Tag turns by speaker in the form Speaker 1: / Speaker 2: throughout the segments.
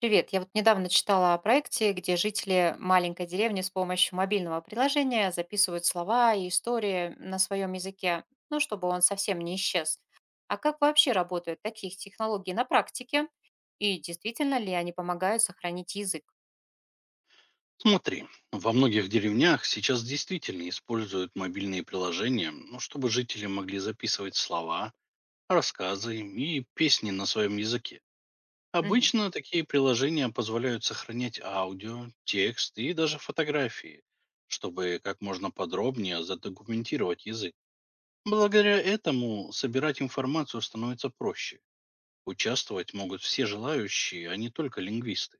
Speaker 1: Привет. Я вот недавно читала о проекте, где жители маленькой деревни с помощью мобильного приложения записывают слова и истории на своем языке, ну, чтобы он совсем не исчез. А как вообще работают такие технологии на практике? И действительно ли они помогают сохранить язык?
Speaker 2: Смотри, во многих деревнях сейчас действительно используют мобильные приложения, ну, чтобы жители могли записывать слова, рассказы и песни на своем языке.
Speaker 1: Мгм.
Speaker 2: Обычно такие приложения позволяют сохранять аудио, текст и даже фотографии, чтобы как можно подробнее задокументировать язык. Благодаря этому собирать информацию становится проще. Участвовать могут все желающие, а не только лингвисты.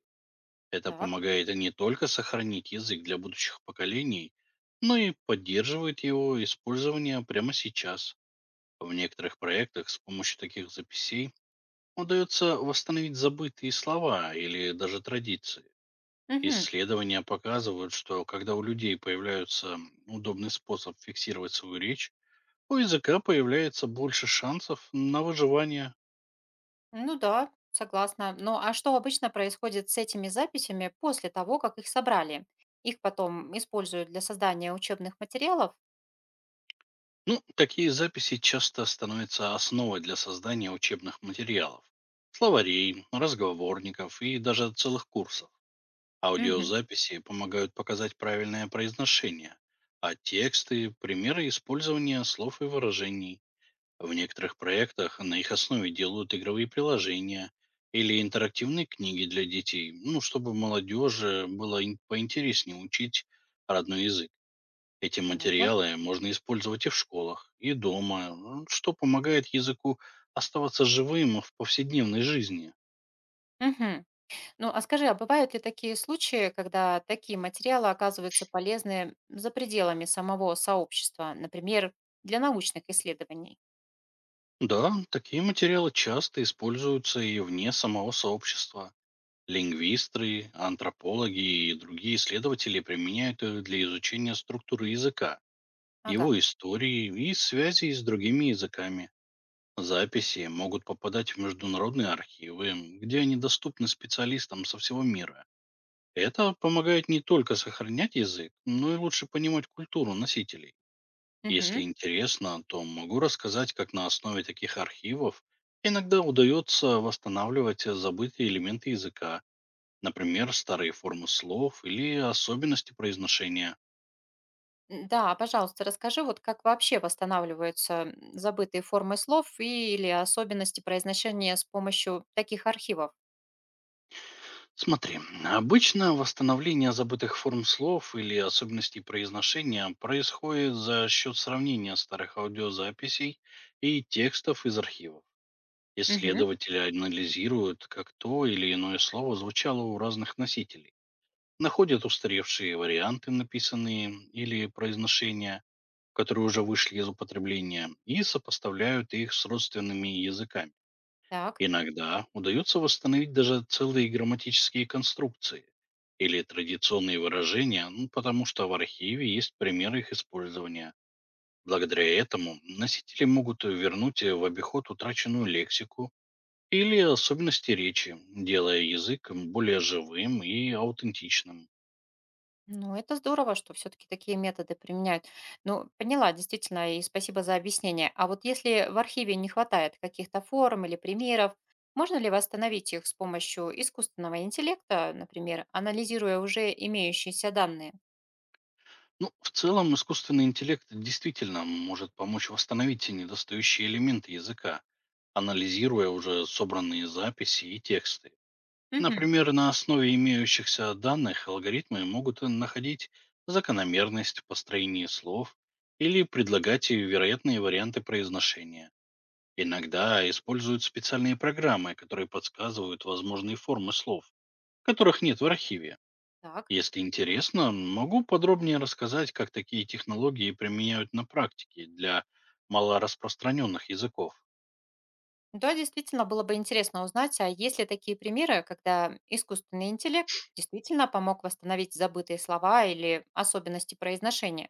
Speaker 2: Это
Speaker 1: Так.
Speaker 2: помогает не только сохранить язык для будущих поколений, но и поддерживает его использование прямо сейчас. В некоторых проектах с помощью таких записей удается восстановить забытые слова или даже традиции.
Speaker 1: Мгм.
Speaker 2: Исследования показывают, что когда у людей появляется удобный способ фиксировать свою речь, у языка появляется больше шансов на выживание.
Speaker 1: Ну да, согласна. Ну а что обычно происходит с этими записями после того, как их собрали? Их потом используют для создания учебных материалов?
Speaker 2: Ну, такие записи часто становятся основой для создания учебных материалов, словарей, разговорников и даже целых курсов.
Speaker 1: Мгм.
Speaker 2: Аудиозаписи помогают показать правильное произношение, а тексты – примеры использования слов и выражений. В некоторых проектах на их основе делают игровые приложения или интерактивные книги для детей, ну, чтобы молодежи было поинтереснее учить родной язык. Эти
Speaker 1: Понятно.
Speaker 2: материалы можно использовать и в школах, и дома, что помогает языку оставаться живым в повседневной жизни.
Speaker 1: Мгм. Ну, а скажи, а бывают ли такие случаи, когда такие материалы оказываются полезны за пределами самого сообщества, например, для научных исследований?
Speaker 2: Да, такие материалы часто используются и вне самого сообщества. Лингвисты, антропологи и другие исследователи применяют их для изучения структуры языка,
Speaker 1: Ага.
Speaker 2: его истории и связей с другими языками. Записи могут попадать в международные архивы, где они доступны специалистам со всего мира. Это помогает не только сохранять язык, но и лучше понимать культуру носителей. Если
Speaker 1: Мгм.
Speaker 2: интересно, то могу рассказать, как на основе таких архивов иногда удается восстанавливать забытые элементы языка, например, старые формы слов или особенности произношения.
Speaker 1: Да, пожалуйста, расскажи, вот как вообще восстанавливаются забытые формы слов или особенности произношения с помощью таких архивов.
Speaker 2: Смотри, обычно восстановление забытых форм слов или особенностей произношения происходит за счет сравнения старых аудиозаписей и текстов из архивов.
Speaker 1: Мгм.
Speaker 2: Исследователи анализируют, как то или иное слово звучало у разных носителей. Находят устаревшие варианты, написанные или произношения, которые уже вышли из употребления, и сопоставляют их с родственными языками.
Speaker 1: Так.
Speaker 2: Иногда удается восстановить даже целые грамматические конструкции или традиционные выражения, ну, потому что в архиве есть примеры их использования. Благодаря этому носители могут вернуть в обиход утраченную лексику или особенности речи, делая язык более живым и аутентичным.
Speaker 1: Ну, это здорово, что все-таки такие методы применяют. Ну, поняла, действительно, и спасибо за объяснение. А вот если в архиве не хватает каких-то форм или примеров, можно ли восстановить их с помощью искусственного интеллекта, например, анализируя уже имеющиеся данные?
Speaker 2: Ну, в целом, искусственный интеллект действительно может помочь восстановить те недостающие элементы языка, анализируя уже собранные записи и тексты.
Speaker 1: Мгм.
Speaker 2: Например, на основе имеющихся данных алгоритмы могут находить закономерность в построении слов или предлагать вероятные варианты произношения. Иногда используют специальные программы, которые подсказывают возможные формы слов, которых нет в архиве.
Speaker 1: Так.
Speaker 2: Если интересно, могу подробнее рассказать, как такие технологии применяют на практике для малораспространенных языков.
Speaker 1: Да, действительно, было бы интересно узнать, а есть ли такие примеры, когда искусственный интеллект действительно помог восстановить забытые слова или особенности произношения?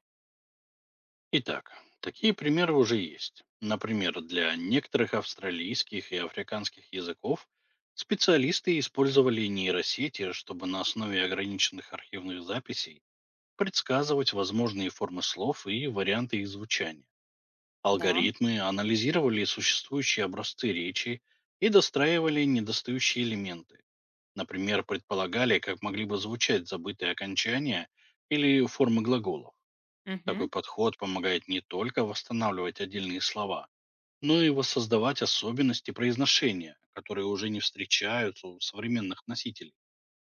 Speaker 2: Итак, такие примеры уже есть. Например, для некоторых австралийских и африканских языков специалисты использовали нейросети, чтобы на основе ограниченных архивных записей предсказывать возможные формы слов и варианты их звучания.
Speaker 1: Да.
Speaker 2: Алгоритмы анализировали существующие образцы речи и достраивали недостающие элементы. Например, предполагали, как могли бы звучать забытые окончания или формы глаголов. Такой
Speaker 1: Мгм.
Speaker 2: подход помогает не только восстанавливать отдельные слова, но и воссоздавать особенности произношения, которые уже не встречаются у современных носителей.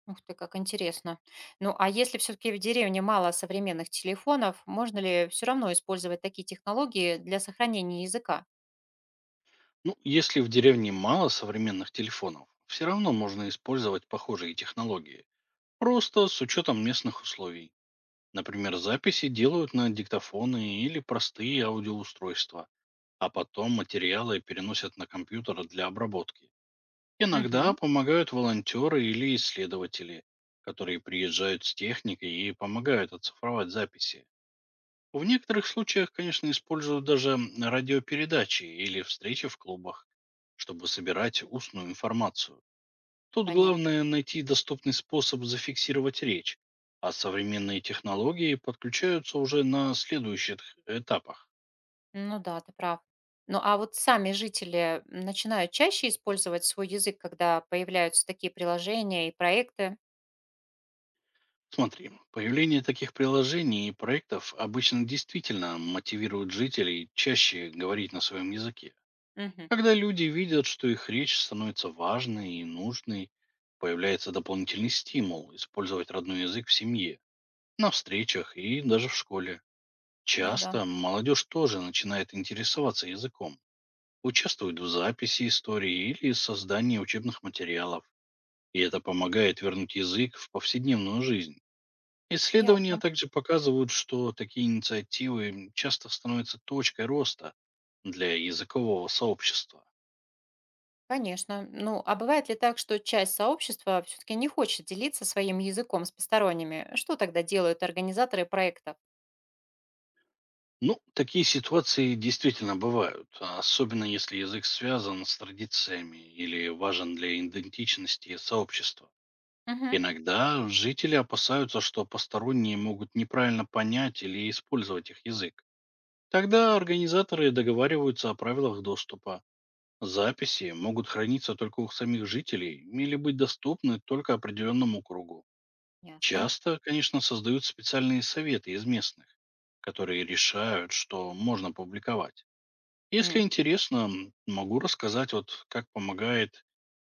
Speaker 1: Ух ты, как интересно. Ну, а если все-таки в деревне мало современных телефонов, можно ли все равно использовать такие технологии для сохранения языка?
Speaker 2: Ну, если в деревне мало современных телефонов, все равно можно использовать похожие технологии, просто с учетом местных условий. Например, записи делают на диктофоны или простые аудиоустройства, а потом материалы переносят на компьютер для обработки. Иногда
Speaker 1: Угу,
Speaker 2: помогают волонтеры или исследователи, которые приезжают с техникой и помогают оцифровать записи. В некоторых случаях, конечно, используют даже радиопередачи или встречи в клубах, чтобы собирать устную информацию. Тут
Speaker 1: понятно.
Speaker 2: главное найти доступный способ зафиксировать речь, а современные технологии подключаются уже на следующих этапах.
Speaker 1: Ну да, ты прав. Ну а вот сами жители начинают чаще использовать свой язык, когда появляются такие приложения и проекты.
Speaker 2: Смотри, появление таких приложений и проектов обычно действительно мотивирует жителей чаще говорить на своем языке.
Speaker 1: Угу.
Speaker 2: Когда люди видят, что их речь становится важной и нужной, появляется дополнительный стимул использовать родной язык в семье, на встречах и даже в школе.
Speaker 1: Ну да,
Speaker 2: Часто молодежь тоже начинает интересоваться языком, участвуют в записи истории или создании учебных материалов. И это помогает вернуть язык в повседневную жизнь. Исследования
Speaker 1: ясно.
Speaker 2: также показывают, что такие инициативы часто становятся точкой роста для языкового сообщества.
Speaker 1: Конечно. Ну, а бывает ли так, что часть сообщества все-таки не хочет делиться своим языком с посторонними? Что тогда делают организаторы проектов?
Speaker 2: Ну, такие ситуации действительно бывают, особенно если язык связан с традициями или важен для идентичности сообщества.
Speaker 1: Угу.
Speaker 2: Иногда жители опасаются, что посторонние могут неправильно понять или использовать их язык. Тогда организаторы договариваются о правилах доступа. Записи могут храниться только у самих жителей или быть доступны только определенному кругу.
Speaker 1: Ясно.
Speaker 2: Часто, конечно, создают специальные советы из местных, которые решают, что можно публиковать. Если
Speaker 1: М.
Speaker 2: интересно, могу рассказать, вот как помогает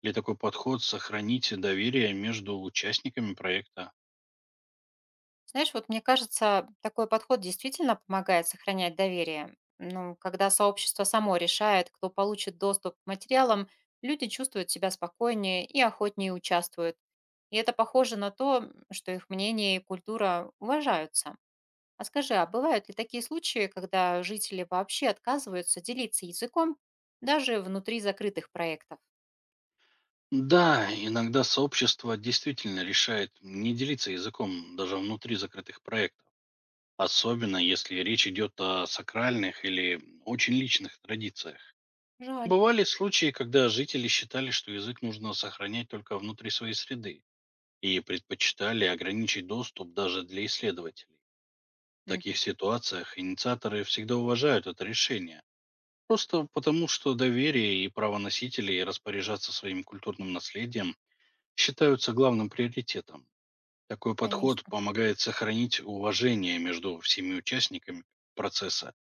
Speaker 2: ли такой подход сохранить доверие между участниками проекта.
Speaker 1: Знаешь, вот мне кажется, такой подход действительно помогает сохранять доверие. Ну, когда сообщество само решает, кто получит доступ к материалам, люди чувствуют себя спокойнее и охотнее участвуют. И это похоже на то, что их мнение и культура уважаются. А скажи, а бывают ли такие случаи, когда жители вообще отказываются делиться языком даже внутри закрытых проектов?
Speaker 2: Да, иногда сообщество действительно решает не делиться языком даже внутри закрытых проектов, особенно если речь идет о сакральных или очень личных традициях.
Speaker 1: Жаль.
Speaker 2: Бывали случаи, когда жители считали, что язык нужно сохранять только внутри своей среды и предпочитали ограничить доступ даже для исследователей. В таких
Speaker 1: Мгм.
Speaker 2: ситуациях инициаторы всегда уважают это решение, просто потому что доверие и право носителей распоряжаться своим культурным наследием считаются главным приоритетом. Такой подход
Speaker 1: Конечно.
Speaker 2: помогает сохранить уважение между всеми участниками процесса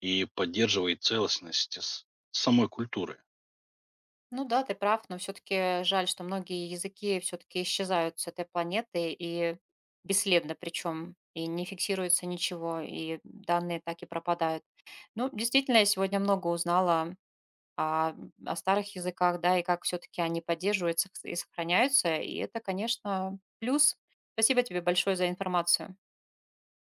Speaker 2: и поддерживает целостность с самой культуры.
Speaker 1: Ну да, ты прав, но все-таки жаль, что многие языки все-таки исчезают с этой планеты и бесследно причем, и не фиксируется ничего, и данные так и пропадают. Ну, действительно, я сегодня много узнала о, о старых языках, да, и как все-таки они поддерживаются и сохраняются, и это, конечно, плюс. Спасибо тебе большое за информацию.